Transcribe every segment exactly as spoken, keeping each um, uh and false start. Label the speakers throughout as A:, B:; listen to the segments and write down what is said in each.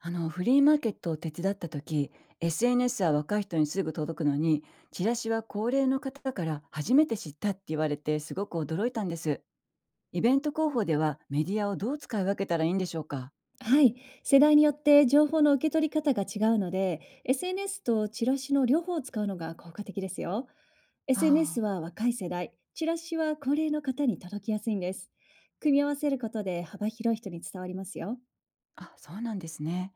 A: あのフリーマーケットを手伝った時、 エスエヌエス は若い人にすぐ届くのに、チラシは高齢の方から初めて知ったって言われてすごく驚いたんです。イベント広報ではメディアをどう使い分けたらいいんでしょうか？
B: はい、世代によって情報の受け取り方が違うので、エスエヌエス とチラシの両方を使うのが効果的ですよ。エスエヌエス
A: あ。
B: は若い世代、チラシは高齢の方に届きやすいんです。組み合わせることで幅広い人に伝わりますよ。
A: ああ、そうなんですね。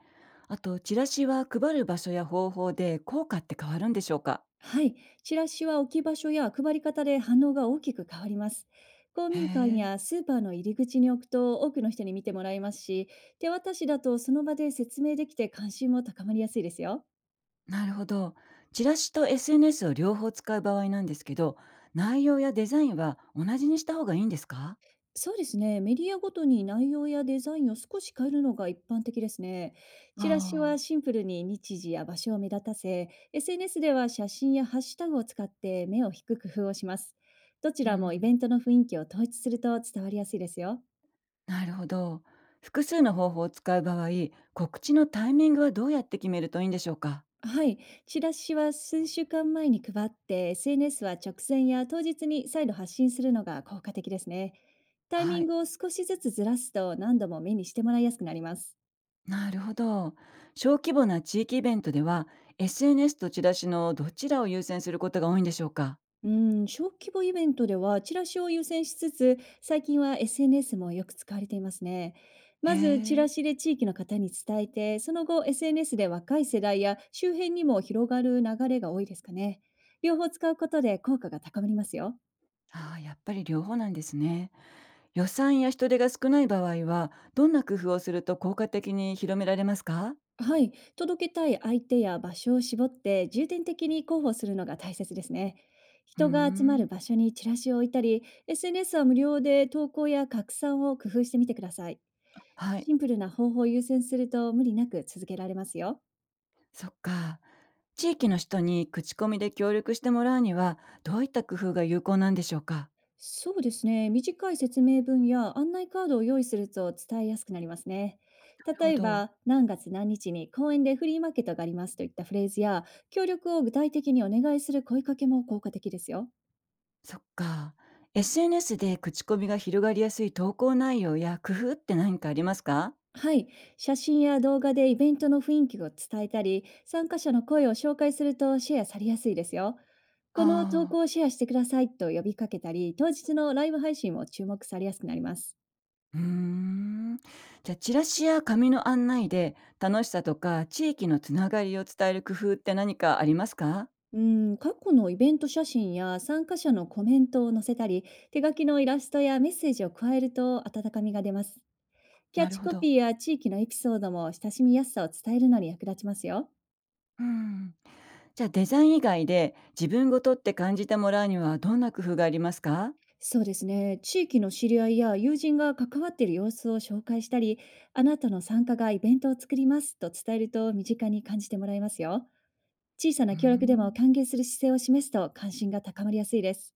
A: あとチラシは配る場所や方法で効果って変わるんでしょうか？
B: はい、チラシは置き場所や配り方で反応が大きく変わります。公
A: へ
B: 民館
A: え。
B: やスーパーの入り口に置くと多くの人に見てもらえますし、手渡しだとその場で説明できて関心も高まりやすいですよ。
A: なるほど。チラシと エスエヌエス を両方使う場合なんですけど、内容やデザインは同じにした方がいいんですか？
B: そうですね。メディアごとに内容やデザインを少し変えるのが一般的ですね。チラシ
A: あ。
B: はシンプルに日時や場所を目立たせ、エスエヌエス では写真やハッシュタグを使って目を引く工夫をします。どち
A: あー、う
B: らもイ
A: ん。
B: ベントの雰囲気を統一すると伝わりやすいですよ。
A: なるほど。複数の方法を使う場合、告知のタイミングはどうやって決めるといいんでしょうか？
B: はい。チラシは数週間前に配って、エスエヌエス は直前や当日に再度発信するのが効果的ですね。タイ
A: は
B: ミン
A: い。
B: グを少しずつずらすと何度も目にしてもらいやすくなります。
A: なるほど。小規模な地域イベントでは、エスエヌエス とチラシのどちらを優先することが多いんでしょうか？
B: うーん、小規模イベントではチラシを優先しつつ、最近は エスエヌエス もよく使われていますね。
A: へ
B: まず、チ
A: え。
B: ラシで地域の方に伝えて、その後、エスエヌエス で若い世代や周辺にも広がる流れが多いですかね。両方使うことで効果が高まりますよ。
A: ああ、やっぱり両方なんですね。予算や人手が少ない場合は、どんな工夫をすると効果的に広められますか？
B: はい、届けたい相手や場所を絞って重点的に広報するのが大切ですね。
A: うー
B: 人が集まる
A: ん。
B: 場所にチラシを置いたり、エスエヌエス は無料で投稿や拡散を工夫してみてください。
A: はい。
B: シンプルな方法を優先すると無理なく続けられますよ。
A: そっか。地域の人に口コミで協力してもらうには、どういった工夫が有効なんでしょうか？
B: そうですね。短い説明文や案内カードを用意すると伝えやすくなりますね。
A: なるほ
B: 例え
A: ど。
B: ば、何月何日に公園でフリーマーケットがありますといったフレーズや、協力を具体的にお願いする声かけも効果的ですよ。
A: そっか。エスエヌエス で口コミが広がりやすい投稿内容や工夫って何かありますか？
B: はい、写真や動画でイベントの雰囲気を伝えたり、参加者の声を紹介するとシェアされやすいですよ。この投
A: ああ、
B: 稿をシェアしてくださいと呼びかけたり、当日のライブ配信も注目されやすくなります。
A: うーん。じゃあ、チラシや紙の案内で楽しさとか地域のつながりを伝える工夫って何かありますか？
B: うん、過去のイベント写真や参加者のコメントを載せたり、手書きのイラストやメッセージを加えると温かみが出ます。キャ
A: な
B: ッ
A: る
B: チ
A: ほ
B: コ
A: ど。
B: ピーや地域のエピソードも親しみやすさを伝えるのに役立ちますよ。
A: うん。じゃあ、デザイン以外で自分ごとって感じてもらうにはどんな工夫がありますか？
B: そうですね。地域の知り合いや友人が関わっている様子を紹介したり、あなたの参加がイベントを作りますと伝えると身近に感じてもらえますよ。小さ
A: うー
B: な協力でも
A: ん。
B: 歓迎する姿勢を示すと関心が高まりやすいです。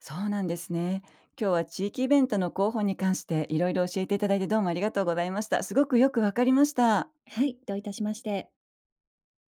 A: そうなんですね。今日は地域イベントの広報に関していろいろ教えていただいてどうもありがとうございました。すごくよくわかりました。
B: はい、どういたしまして。